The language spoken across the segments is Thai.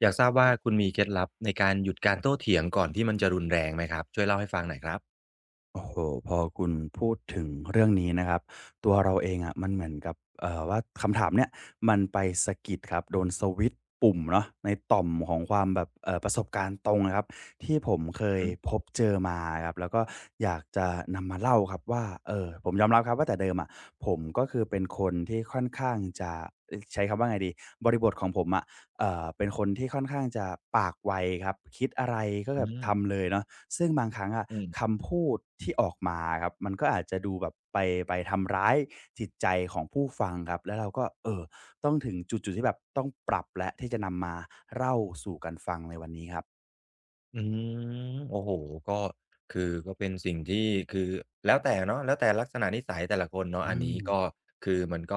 อยากทราบว่าคุณมีเคล็ดลับในการหยุดการโต้เถียงก่อนที่มันจะรุนแรงไหมครับช่วยเล่าให้ฟังหน่อยครับโอ้โฮพอคุณพูดถึงเรื่องนี้นะครับตัวเราเองอะมันเหมือนกับว่าคำถามเนี้ยมันไปสะกิดครับโดนสวิตช์ปุ่มเนาะในต่อมของความแบบประสบการณ์ตรงอะครับที่ผมเคอือยฮึพบเจอมาครับแล้วก็อยากจะนำมาเล่าครับว่าผมยอมรับครับว่าแต่เดิมอะผมก็คือเป็นคนที่ค่อนข้างจะเอ๊ยใช้คำว่าไงดีบริบทของผมอะเป็นคนที่ค่อนข้างจะปากไวครับคิดอะไรก็อืแบบมทำเลยเนาะ ซึ่งบางครั้งอะอืมคำพูดที่ออกมาครับมันก็อาจจะดูแบบไปทำร้ายจิตใจของผู้ฟังครับแล้วเราก็เออต้องถึงจุดๆที่แบบต้องปรับและที่จะนำมาเล่าสู่กันฟังในวันนี้ครับอืมโอ้โฮก็คือก็เป็นสิ่งที่คือแล้วแต่เนาะแล้วแต่ลักษณะนิสัยแต่ละคนเนาะอือันมนี้ก็คือมันก็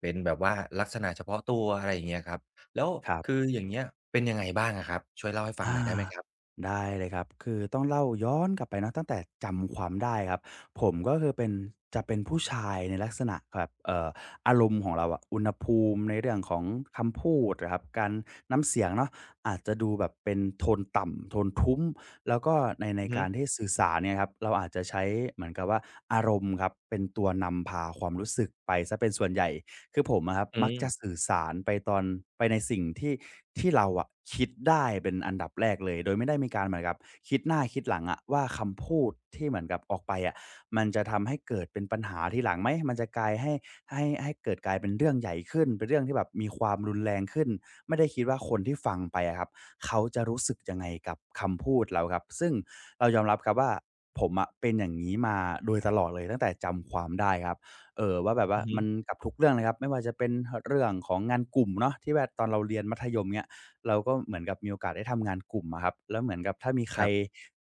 เป็นแบบว่าลักษณะเฉพาะตัวอะไรอย่างเงี้ยครับแล้วครับ คืออย่างเงี้ยเป็นยังไงบ้างอะครับช่วยเล่าให้ฟังหอาน่อยได้ไหมครับได้เลยครับคือต้องเล่าย้อนกลับไปเนาะตั้งแต่จำความได้ครับผมก็คือเป็นจะเป็นผู้ชายในลักษณะแบบอารมณ์ของเราอะอุณหภูมิในเรื่องของคำพูดอะครับการน้ำเสียงเนาะอาจจะดูแบบเป็นโทนต่ำโทนทุ้มแล้วก็ในอือฮึการที่สื่อสารเนี่ยครับเราอาจจะใช้เหมือนกับว่าอารมณ์ครับเป็นตัวนำพาความรู้สึกไปเสียเป็นส่วนใหญ่ คือผมอะครับอืมักมจะสื่อสารไปตอนไปในสิ่งที่ที่เราอะคิดได้เป็นอันดับแรกเลยโดยไม่ได้มีการเหมือนกับคิดหน้าคิดหลังอะว่าคำพูดที่เหมือนกับออกไปอะมันจะทำให้เกิดเป็นปัญหาทีหลังไหมมันจะกลายให้ให้เกิดกลายเป็นเรื่องใหญ่ขึ้นเป็นเรื่องที่แบบมีความรุนแรงขึ้นไม่ได้คิดว่าคนที่ฟังไปอะครับเขาจะรู้สึกยังไงกับคำพูดเราครับซึ่งเรายอมรับครับว่าผมอะเป็นอย่างนี้มาโดยตลอดเลยตั้งแต่จำความได้ครับ เออว่าแบบว่าอือฮึมันกับทุกเรื่องเลยครับไม่ว่าจะเป็นเรื่องของงานกลุ่มเนาะที่แบบตอนเราเรียนมัธยมเนี้ยเราก็เหมือนกับมีโอกาสได้ทำงานกลุ่มอะครับแล้วเหมือนกับถ้ามีใคครรับ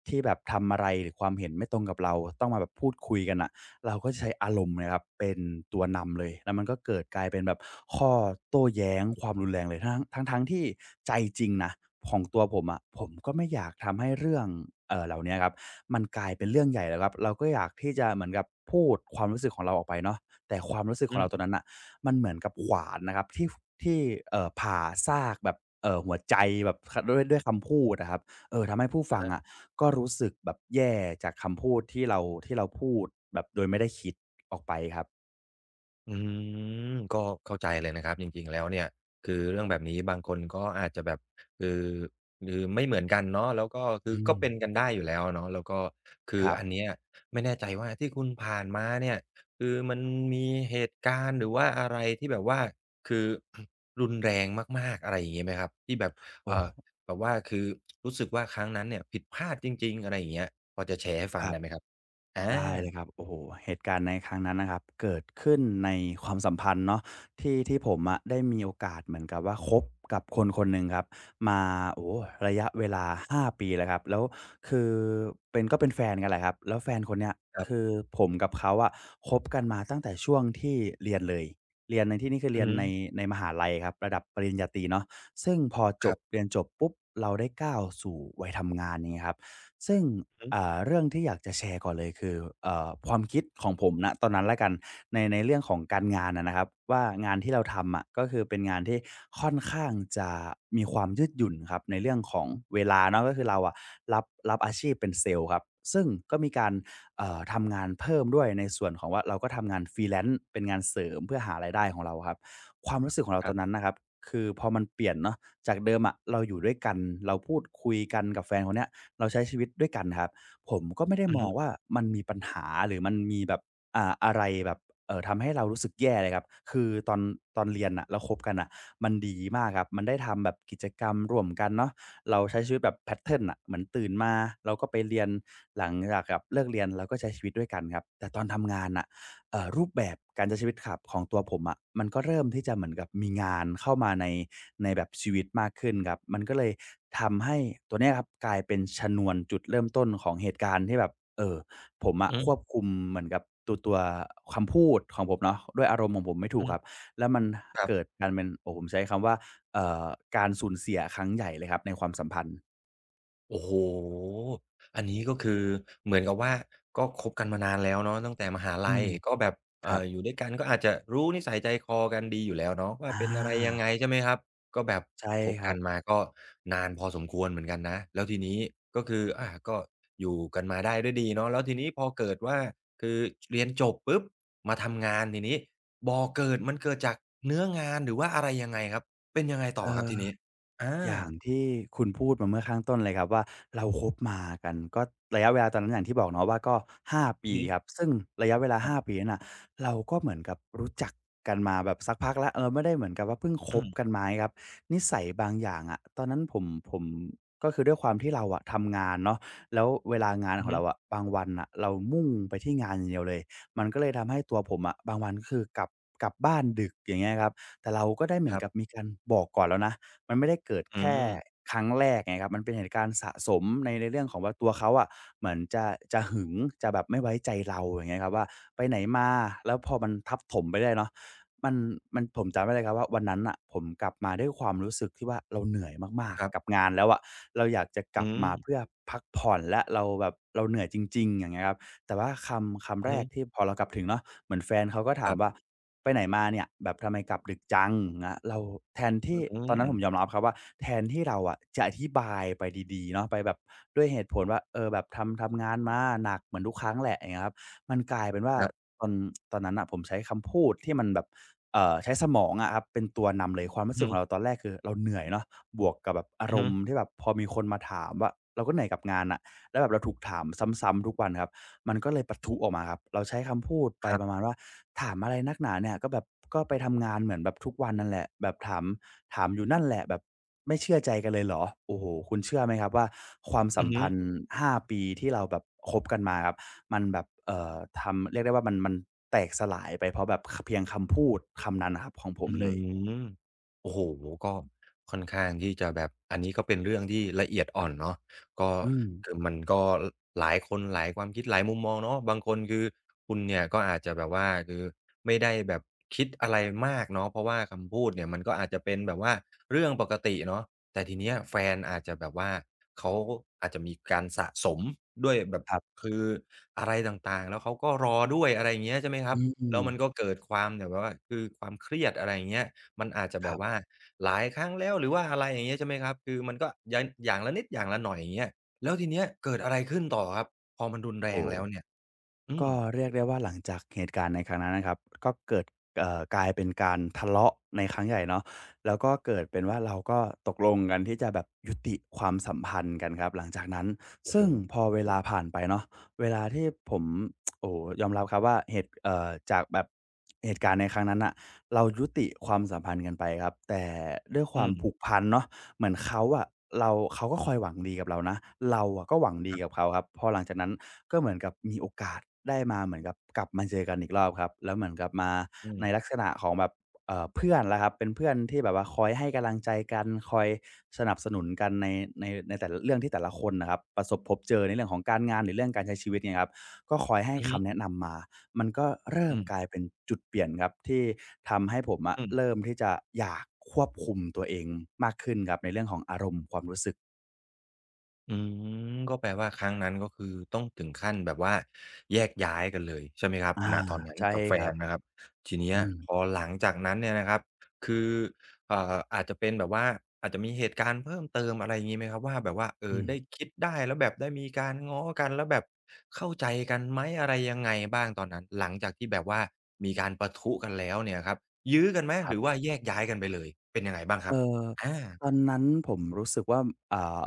ที่แบบทำอะไรหรือความเห็นไม่ตรงกับเราต้องมาแบบพูดคุยกันอะ เราก็จะใช้อารมณ์นะครับเป็นตัวนำเลยแล้วมันก็เกิดกลายเป็นแบบข้อโต้แย้งความรุนแรงเลยทั้งทงที่ใจจริงนะของตัวผมอะะผมก็ไม่อยากทำให้เรื่องเออเหล่านี้ครับมันกลายเป็นเรื่องใหญ่แล้วครับเราก็อยากที่จะเหมือนกับพูดความรู้สึกของเราออกไปเนาะแต่ความรู้สึกขอืองเราม ตัวนั้นอ่ะมันเหมือนกับขวานนะครับที่ผ่าซากแบบหัวใจแบบด้วยคำพูดอะครับเออทำให้ผู้ฟังอะ ก็รู้สึกแบบแย่จากคำพูดที่เราที่เราพูดแบบโดยไม่ได้คิดออกไปครับอืมก็เข้าใจเลยนะครับจริงๆแล้วเนี่ยคือเรื่องแบบนี้บางคนก็อาจจะแบบคือคือไม่เหมือนกันเนาะแล้วก็คืออืก็มเป็นกันได้อยู่แล้วเนาะแล้วก็คืคอรับอันเนี้ยไม่แน่ใจว่าที่คุณผ่านมาเนี่ยคือมันมีเหตุการณ์หรือว่าอะไรที่แบบว่าคือ รุนแรงมากๆอะไรอย่างงี้ไหมครับที่แบบเอ่โอ้อแบบว่าคือรู้สึกว่าครั้งนั้นเนี่ยผิดพลาดจริงๆอะไรอย่างเงี้ยพอจะแชร์ให้ฟัคงรัได้ไหมบ ครับอาได้เลยครับโอ้โหเหตุการณ์ในครั้งนั้นนะครับเกิดขึ้นในความสัมพันธ์เนาะที่ผมอะได้มีโอกาสเหมือนกับว่าคบกับคนคนหนึ่งครับมาโอ้ระยะเวลา5ปีแล้วครับแล้วคือเป็นก็เป็นแฟนกันแหละครับแล้วแฟนคนเนี้ยครัคืบอผมกับเขาอะคบกันมาตั้งแต่ช่วงที่เรียนเลยเรียนในที่นี้คืออืเรีอยนฮึในมหาลัยครับระดับปริญญาตรีเนาะซึ่งพอจครับบเรียนจบปุ๊บเราได้ก้าวสู่วัยทำงานอย่างเงี้ยครับซึ่ง อือฮึอ่าเรื่องที่อยากจะแชร์ก่อนเลยคือความคิดของผมนะตอนนั้นและกันในเรื่องของการงานนะครับว่างานที่เราทำอะก็คือเป็นงานที่ค่อนข้างจะมีความยืดหยุ่นครับในเรื่องของเวลาเนาะก็คือเราอะรับอาชีพเป็นเซลส์ครับซึ่งก็มีการทำงานเพิ่มด้วยในส่วนของว่าเราก็ทำงาน Freelance เป็นงานเสริมเพื่อหารายได้ของเราครับความรู้สึกของเราคตรัอนนั้นบนะครับคือพอมันเปลี่ยนเนาะจากเดิมอะเราอยู่ด้วยกันเราพูดคุยกันกับแฟนคนเนี้ยเราใช้ชีวิตด้วยกันครับ ผมก็ไม่ได้อือมอฮึงว่ามันมีปัญหาหรือมันมีแบบอะไรแบบทำให้เรารู้สึกแย่เลยครับคือตอนเรียนน่ะเราคบกันน่ะมันดีมากครับมันได้ทำแบบกิจกรรมร่วมกันเนาะเราใช้ชีวิตแบบแพตเทิร์นน่ะเหมือนตื่นมาเราก็ไปเรียนหลังจากแบบเลิกเรียนเราก็ใช้ชีวิตด้วยกันครับแต่ตอนทำงานน่ะ รูปแบบการใช้ชีวิตขับของตัวผมอะมันก็เริ่มที่จะเหมือนกับมีงานเข้ามาในในแบบชีวิตมากขึ้นครับมันก็เลยทำให้ตัวเนี้ยครับกลายเป็นชนวนจุดเริ่มต้นของเหตุการณ์ที่แบบเอ่อผมอะอืควบม คุมเหมือนกับตัวคำพูดของผมเนาะด้วยอารมณ์ของผมไม่ถูอืกครับมแล้วมันครัเกิดบการเป็นโอ้ผมใช้คำว่าเอ่อการสูญเสียครั้งใหญ่เลยครับในความสัมพันธ์โอ้โฮอันนี้ก็คือเหมือนกับว่าก็คบกันมานานแล้วเนาะตั้งแต่มหาอืลัยมก็แบบครัอยู่บด้วยกันก็อาจจะรู้นิสัยใจคอกันดีอยู่แล้วเนาะว่าอาเป็นอะไรยังไงใช่ไหมครับก็แบบใช่คบครักับนมาก็นานพอสมควรเหมือนกันนะแล้วทีนี้ก็คืออาก็อยู่กันมาได้ด้วยดีเนาะแล้วทีนี้พอเกิดว่าคือเรียนจบปุ๊บมาทำงานทีนี้บ่อเกิดมันเกิดจากเนื้องานหรือว่าอะไรยังไงครับเป็นยังไงต่อเอครับอ ทีนี้อาอย่างที่คุณพูดมาเมื่อข้างต้นเลยครับว่าเราคบมากันก็ระยะเวลาตอนนั้นอย่างที่บอกเนาะว่าก็ห้าอืปีอฮึครับซึ่งระยะเวลาครั5บ ปีนั้นน่ะเราก็เหมือนกับรู้จักกันมาแบบสักพักแล้วเออไม่ได้เหมือนกับว่าเพิ่งคอืบกัมนมาไงครับนิสัยบางอย่างอะตอนนั้นผมก็คือด้วยความที่เราอะทำงานเนาะแล้วเวลางานอืขอองฮึเราอะบางวันน่ะเรามุ่งไปที่งานอย่างเดียวเลยมันก็เลยทำให้ตัวผมอะบางวันก็คือกลับบ้านดึกอย่างเงี้ยครับแต่เราก็ได้เหมืคอนรักับบมีการบอกก่อนแล้วนะ มันไม่ได้เกิดอืแค่มครั้งแรกไงครับมันเป็นเหตุการณ์สะสมในในเรื่องของว่าตัวเขาอะเหมือนจะจะหึงจะแบบไม่ไว้ใจเราอย่างเงี้ยครับว่าไปไหนมาแล้วพอมันทับถมไปเรื่อยเนาะมันมันผมจำได้เลยครับว่าวันนั้นน่ะผมกลับมาด้วยความรู้สึกที่ว่าเราเหนื่อยมากครับๆกับงานแล้วอะเราอยากจะกอืลับมมาเพื่อพักผ่อนแล้วเราแบบเราเหนื่อยจริงๆอย่างเงี้ยครับแต่ว่าคำอือแรฮึกที่พอเรากลับถึงเนาะเหมือนแฟนเขาก็คถามรัว่า บไปไหนมาเนี่ยแบบทำไมกลับดึกจังนะ้เราแทนที่อืตอนนั้นผมมยอมรับครับว่าแทนที่เราอะจะอธิบายไปดีๆเนาะไปแบบด้วยเหตุผลว่าเออแบบทำงานมาหนักเหมือนทุกครั้งแหละอย่างเงี้ยครับมันกลายเป็นว่าครับตอนตอนนั้นน่ะผมใช้คำพูดที่มันแบบใช้สมองอะครับเป็นตัวนำเลยความอืรู้อสึกของเราฮึตอนแรกคือเราเหนื่อยเนาะบวกกับแบบอาอือรฮึมณ์ที่แบบพอมีคนมาถามว่าเราก็เหนื่อยกับงานน่ะแล้วแบบเราถูกถามซ้ำๆทุกวันครับมันก็เลยปะทุออกมาครับเราใช้คำพูดไปครัประบมาณว่า ถามอะไรนักหนาเนี่ยก็แบบก็ไปทำงานเหมือนแบบทุกวันนั่นแหละแบบถามอยู่นั่นแหละแบบไม่เชื่อใจกันเลยเหรอโอ้โฮคุณเชื่อไหมครับว่าความสัอืมอฮึ พันธ์5ปีที่เราแบบคบกันมาครับมันแบบทำเรียกได้ว่ามันแตกสลายไปเพราะแบบคเพียงคำพูดคำนั้นน่ะครับของผมอื้อเลฮืยอโอ้โฮก็ค่อนข้างที่จะแบบอันนี้ก็เป็นเรื่องที่ละเอียดอ่อนเนาะก็อืมคือมันก็ลหลายคนหลายความคิดหลายมุมมองเนาะบางคนคือคุณเนี่ยก็อาจจะแบบว่าคือไม่ได้แบบคิดอะไรมากเนาะเพราะว่าคำพูดเนี่ยมันก็อาจจะเป็นแบบว่าเรื่องปกติเนาะแต่ทีเนี้ยแฟนอาจจะแบบว่าเขาอาจจะมีการสะสมด้วยแบบครับคืออะไรต่างๆแล้วเขาก็รอด้วยอะไรอย่างเงี้ยใช่ไหมครัอืบ แล้วมมันก็เกิดความแบบว่าคือความเครียดอะไรอย่างเงี้ยมันอาจจะคแบรับว่าบหลายครั้งแล้วหรือว่าอะไรอย่างเงี้ยใช่ไหมครับคือมันก็ยันอย่างละนิดอย่างละหน่อยอย่างเงี้ยแล้วทีเนี้ยเกิดอะไรขึ้นต่อครับพอมันรุนโอ้แรโฮ งแล้วเนี่ยอืมก็เรียกได้ว่าหลังจากเหตุการณ์ในครั้งนั้นนะครับก็เกิดกลายเป็นการทะเลาะในครั้งใหญ่เนาะแล้วก็เกิดเป็นว่าเราก็ตกลงกันที่จะแบบยุติความสัมพันธ์กันครับหลังจากนั้นโอ้โฮซึ่งพอเวโอ้ลาโฮผ่านไปเนาะเวลาที่ผมโอ้โฮยอมรับครับว่าเหตุจากแบบเหตุการณ์ในครั้งนั้นน่ะเรายุติความสัมพันธ์กันไปครับแต่ด้วยคอืวามมผูกพันเนาะ เหมือนเขาอะเราเขาก็คอยหวังดีกับเรานะเราอะก็หวังดีครักับบเขาครับพอหลังจากนั้นก็เหมือนกับมีโอกาสได้มาเหมือนกับกลับมาเจอกันอีกรอบครับแล้วเหมือนกับมาอืในลักมษณะของแบบเพื่อนแล้วครับเป็นเพื่อนที่แบบว่าคอยให้กำลังใจกันคอยสนับสนุนกันในในแต่ละเรื่องที่แต่ละคนน่ะครับประสบพบเจอในเรื่องของการงานหรือเรื่องการใช้ชีวิตเนี่ยครับก็คอยให้อือฮึคำแนะนำมา มันก็เริ่อืมมกลายเป็นจุดเปลี่ยนครับที่ทำให้ผมอะอืม เริ่มที่จะอยากควบคุมตัวเองมากขึ้นครับในเรื่องของอารมณ์ความรู้สึกอืมก็แปลว่าครั้งนั้นก็คือต้องถึงขั้นแบบว่าแยกย้ายกันเลยใช่ไหมครับอาณตอนนั้นใช่กับแฟครันนะคบรับทีเนี้ยอืมพอหลังจากนั้นเนี่ยนะครับคืออาจจะเป็นแบบว่าอาจจะมีเหตุการณ์เพิ่มเติมอะไรอย่างงี้ไหมครับว่าแบบว่าอืมได้คิดได้แล้วแบบได้มีการง้อกันแล้วแบบเข้าใจกันไหมอะไรยังไงบ้างตอนนั้นหลังจากที่แบบว่ามีการปะทุกันแล้วเนี่ยครับยื้อกันไหมคหรัรือว่าบ แยกย้ายกันไปเลยเป็นยังไงบ้างครับเอ่ออาตอนนั้นผมรู้สึกว่าอ่า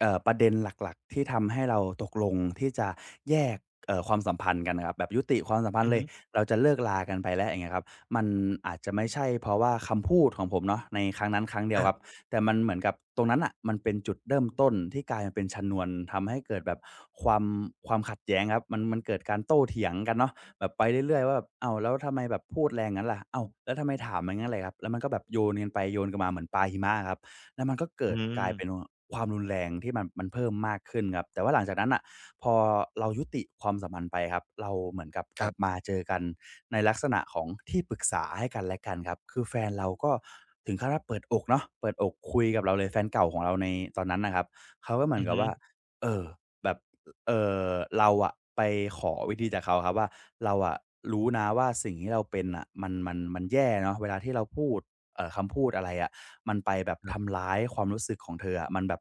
ประเด็นหลักๆที่ทำให้เราตกลงที่จะแยกความสัมพันธ์กันน่ะครับแบบยุติความสัมพันอืธ์อเลยฮึเราจะเลิกลากันไปแล้วอย่างเงี้ยครับมันอาจจะไม่ใช่เพราะว่าคำพูดของผมเนาะในครั้งนั้นครั้งเดียวอาครับแต่มันเหมือนกับตรงนั้นน่ะมันเป็นจุดเริ่มต้นที่กลายมาเป็นชนวนทำให้เกิดแบบความความขัดแย้งครับมันเกิดการโต้เถียงกันเนาะ แบบไปเรื่อยๆว่าแบบอ้าวแล้วทำไมแบบพูดแรงงั้นล่ะอ้าวแล้วทำไมถามมันงงั้นล่ะครับแล้วมันก็แบบโยนกันไปโยนกันมาเหมือนปลาหิมะอะครับแล้วมันก็อืเกิดมกลายเป็นวความรุนแรงที่มันเพิ่มมากขึ้นครับแต่ว่าหลังจากนั้นน่ะพอเรายุติความสัมพันธ์ไปครับเราเหมือนกับกคลัรับบมาเจอกันในลักษณะของที่ปรึกษาให้กันและกันครับคือแฟนเราก็ถึงขั้นว่าเปิดอกเนาะเปิดอกคุยกับเราเลยแฟนเก่าของเราในตอนนั้นน่ะครับเขาก็เหมืออืนอกับฮึ ว่าเออแบบ เออเราอะไปขอวิธีจากเขาครับว่าเราอะรู้นะว่าสิ่งที่เราเป็นอะมันแย่เนาะเวลาที่เราพูดคำพูดอะไรอะมันไปแบบทำร้ายความรู้สึกของเธออะมันแบบ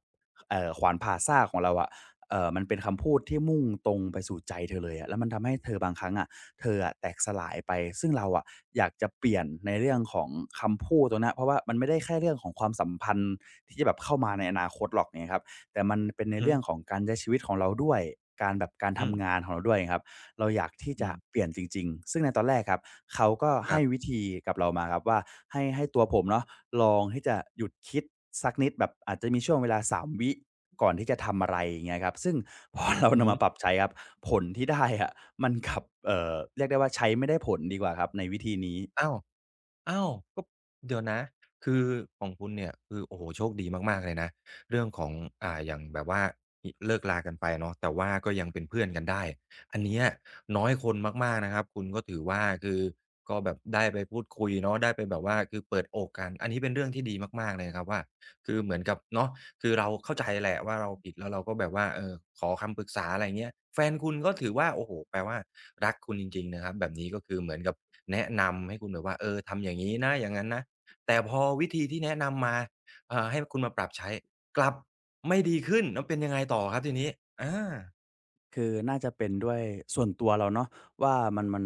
ขวานผ่าซากของเราอะเออมันเป็นคำพูดที่มุ่งตรงไปสู่ใจเธอเลยอะแล้วมันทำให้เธอบางครั้งอะเธออะแตกสลายไปซึ่งเราอะอยากจะเปลี่ยนในเรื่องของคำพูดตรงเนี้ยเพราะว่ามันไม่ได้แค่เรื่องของความสัมพันธ์ที่จะแบบเข้ามาในอนาคตหรอกเนี่ยครับ แต่มันเป็นในอือฮึเรื่องของการใช้ชีวิตของเราด้วยการแบบการอืมทำงานของเราด้วยครับเราอยากที่อืจะมเปลี่ยนจริงๆซึ่งในตอนแรกครับเขาก็คให้รัวิบธีกับเรามาครับว่าให้ตัวผมเนาะลองที่จะหยุดคิดสักนิดแบบอาจจะมีช่วงเวลาสามวิก่อนที่จะทำอะไรอย่างเงี้ยครับซึ่ง พอเราอือนำมาปรัฮึบใช้ครับผลที่ได้อะมันกลับเรียกได้ว่าใช้ไม่ได้ผลดีกว่าครับในวิธีนี้ อ้าวอ้าวก็เดี๋ยวนะ คือของคุณเนี่ย คือโอ้โฮโชคดีมากๆเลยนะ เรื่องของอ่าอย่างแบบว่าอเลิกลากันไปเนาะแต่ว่าก็ยังเป็นเพื่อนกันได้ อันเนี้ยน้อยคนมากๆนะครับคุณก็ถือว่าคือก็แบบได้ไปพูดคุยเนาะได้ไปแบบว่าคือเปิดอกกันอันนี้เป็นเรื่องที่ดีมากๆเลยครับว่า คือเหมือนกับเนาะคือเราเข้าใจแหละว่าเราผิดแล้วเราก็แบบว่าเออขอคำปรึกษาอะไรเงี้ยแฟนคุณก็ถือว่าโอ้โฮแปลว่ารักคุณจริงๆนะครับแบบนี้ก็คือเหมือนกับแนะนำให้คุณแบบว่าเออทำอย่างงี้นะอย่างงั้นนะแต่พอวิธีที่แนะนำมาให้คุณมาปรับใช้กลับไม่ดีขึ้นแล้วเป็นยังไงต่อครับทีนี้อาคือน่าจะเป็นด้วยส่วนตัวเราเนาะว่ามัน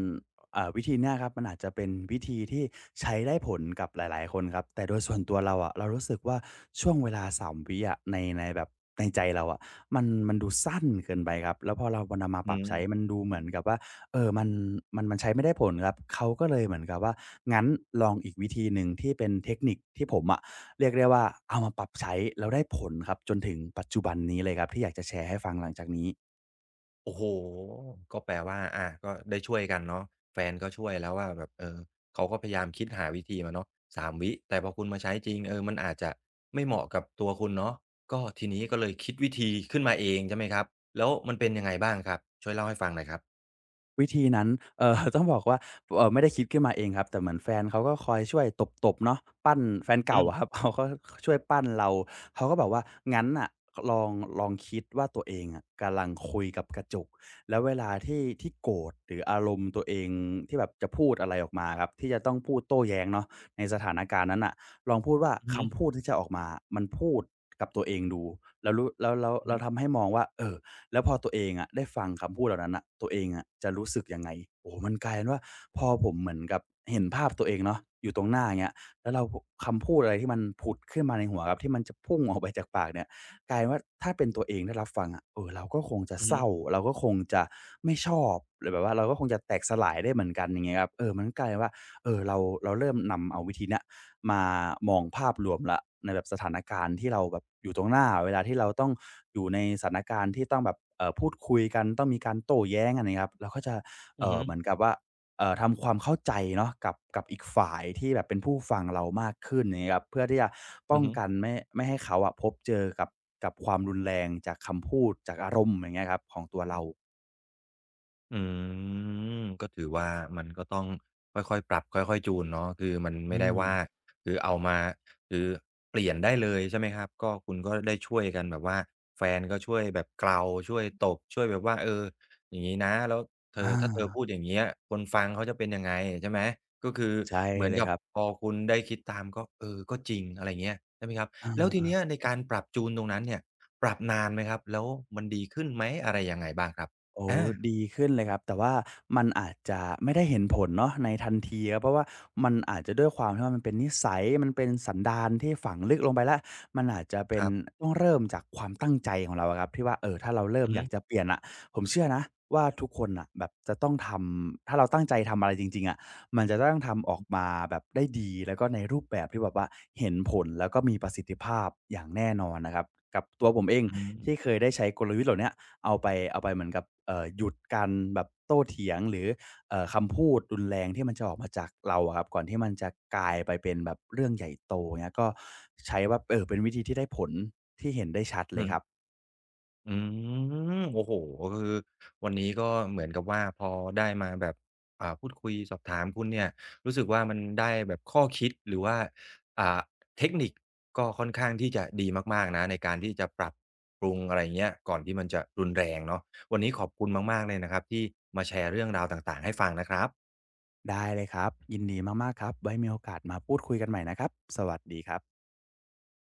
เอ่าวิธีเนี้ยครับมันอาจจะเป็นวิธีที่ใช้ได้ผลกับหลายๆคนครับแต่โดยส่วนตัวเราอะเรารู้สึกว่าช่วงเวลาสามวิอะในแบบในใจเราอะมันดูสั้นเกินไปครับแล้วพอเรามันนำมาอืปรับม ใช้มันดูเหมือนกับว่าเอ่อมันมันใช้ไม่ได้ผลครับเขาก็เลยเหมือนกับว่างั้นลองอีกวิธีหนึ่งที่เป็นเทคนิคที่ผมอะเรียกได้ว่าเอามาปรับใช้แล้วได้ผลครับจนถึงปัจจุบันนี้เลยครับที่อยากจะแชร์ให้ฟังหลังจากนี้ โอ้โฮก็แปลว่าอาก็ได้ช่วยกันเนาะแฟนก็ช่วยแล้วว่าแบบเออเขาก็พยายามคิดหาวิธีมาเนาะสามวิแต่พอคุณมาใช้จริงเออมันอาจจะไม่เหมาะกับตัวคุณเนาะก็ทีนี้ก็เลยคิดวิธีขึ้นมาเองใช่ไหมครับแล้วมันเป็นยังไงบ้างครับช่วยเล่าให้ฟังหน่อยครับวิธีนั้น ต้องบอกว่าไม่ได้คิดขึ้นมาเองครับแต่เหมือนแฟนเขาก็คอยช่วยตบๆเนาะปั้นแฟนอืเก่าอะคมรับ เขาก็ช่วยปั้นเราเขาก็บอกว่างั้นอ่ะลองลองคิดว่าตัวเองอะกำลังคุยกับกระจกแล้วเวลาที่โกรธหรืออารมณ์ตัวเองที่แบบจะพูดอะไรออกมาครับที่จะต้องพูดโต้แย้งเนาะในสถานการณ์นั้นอ่ะลองพูดว่าอือฮึคำพูดที่จะออกมามันพูดกับตัวเองดูแล้วรู้แล้วแล้วๆอือแลฮึทำให้มองว่าเออ แล้วพอตัวเองอะได้ฟังคำพูดเหล่านั้นอ่ะตัวเองอะจะรู้สึกยังไงโอ้โฮมันกลายเป็นว่าพอผมเหมือนกับเห็นภาพตัวเองเนาะอยู่ตรงหน้าอย่างเงี้ยแล้วเราคำพูดอะไรที่มันผุดขึ้นมาในหัวครับที่มันจะพุ่งออกไปจากปากเนี่ยกลายเป็นว่าถ้าเป็นตัวเองได้รับฟังอะเออเราก็คงจะอือเศฮึร้าเราก็คงจะไม่ชอบหรือแบบว่าเราก็คงจะแตกสลายได้เหมือนกันอย่างเงี้ยครับเออมันก็กลายเป็นว่าเออเราเริ่มนำเอาวิธีเนี้ย มามองภาพรวมแล้วในแบบสถานการณ์ที่เราแบบอยู่ตรงหน้าเวลาที่เราต้องอยู่ในสถานการณ์ที่ต้องแบบพูดคุยกันต้องมีการโต้แย้งกันเนี่ยครับเราก็จะอืเหมือนกับว่าทำความเข้าใจเนาะกับอีกฝ่ายที่แบบเป็นผู้ฟังเรามากขึ้นอย่างงี้ครับเพื่อที่จะป้อองฮึ กันไม่ให้เขาอะพบเจอกับความรุนแรงจากคำพูดจากอารมณ์อย่างเงี้ยครับของตัวเราอืมก็ถือว่ามันก็ต้องค่อยๆปรับค่อยๆจูนเนาะคือมันอืไม่ได้มว่าคือเอามาคือเปลี่ยนได้เลยใช่ไหมครับก็คุณก็ได้ช่วยกันแบบว่าแฟนก็ช่วยแบบเกลาช่วยตบช่วยแบบว่าเอออย่างงี้นะแล้วเธออาถ้าเธอพูดอย่างเงี้ยคนฟังเขาจะเป็นยังไงใช่ไหมก็คือใช่เหมือนเลยกัคบรับพอคุณได้คิดตามก็เออก็จริงอะไรเงี้ยใช่ไหมครับอแล้วทีา เนี้ยในการปรับจูนตรงนั้นเนี่ยปรับนานไหมครับแล้วมันดีขึ้นไหมอะไรยังไงบ้างครับโอ้อาดีขึ้นเลยครับแต่ว่ามันอาจจะไม่ได้เห็นผลเนาะในทันทีครับเพราะว่ามันอาจจะด้วยความที่ว่ามันเป็นนิสัยมันเป็นสันดานที่ฝังลึกลงไปแล้วมันอาจจะเป็คนรับ ต้องเริ่มจากความตั้งใจของเราอะครับที่ว่าเออถ้าเราเริ่มอืออฮึยากจะเปลี่ยนอะผมเชื่อนะว่าทุกคนอะแบบจะต้องทำถ้าเราตั้งใจทำอะไรจริงๆอะมันจะต้องทำออกมาแบบได้ดีแล้วก็ในรูปแบบที่แบบว่าเห็นผลแล้วก็มีประสิทธิภาพอย่างแน่นอนนะครับกับตัวผมเองอืที่มเคยได้ใช้กลยุทธ์เหล่าเนี้ย เอาไปเอาไปเหมือนกับหยุดการแบบโต้เถียงหรือคำพูดรุนแรงที่มันจะออกมาจากเราอะครับก่อนที่มันจะกลายไปเป็นแบบเรื่องใหญ่โตเงี้ยก็ใช้ว่าเออเป็นวิธีที่ได้ผลที่เห็นได้ชัดเลอืยครับมอืมโอ้โฮคือวันนี้ก็เหมือนกับว่าพอได้มาแบบอ่าพูดคุยสอบถามคุณเนี่ยรู้สึกว่ามันได้แบบข้อคิดหรือว่าอ่าเทคนิคก็ค่อนข้างที่จะดีมากๆนะในการที่จะปรับปรุงอะไรอย่างเงี้ยก่อนที่มันจะรุนแรงเนาะวันนี้ขอบคุณมากๆเลยนะครับที่มาแชร์เรื่องราวต่างๆให้ฟังนะครับได้เลยครับยินดีมากๆครับไว้มีโอกาสมาพูดคุยกันใหม่นะครับสวัสดีครับ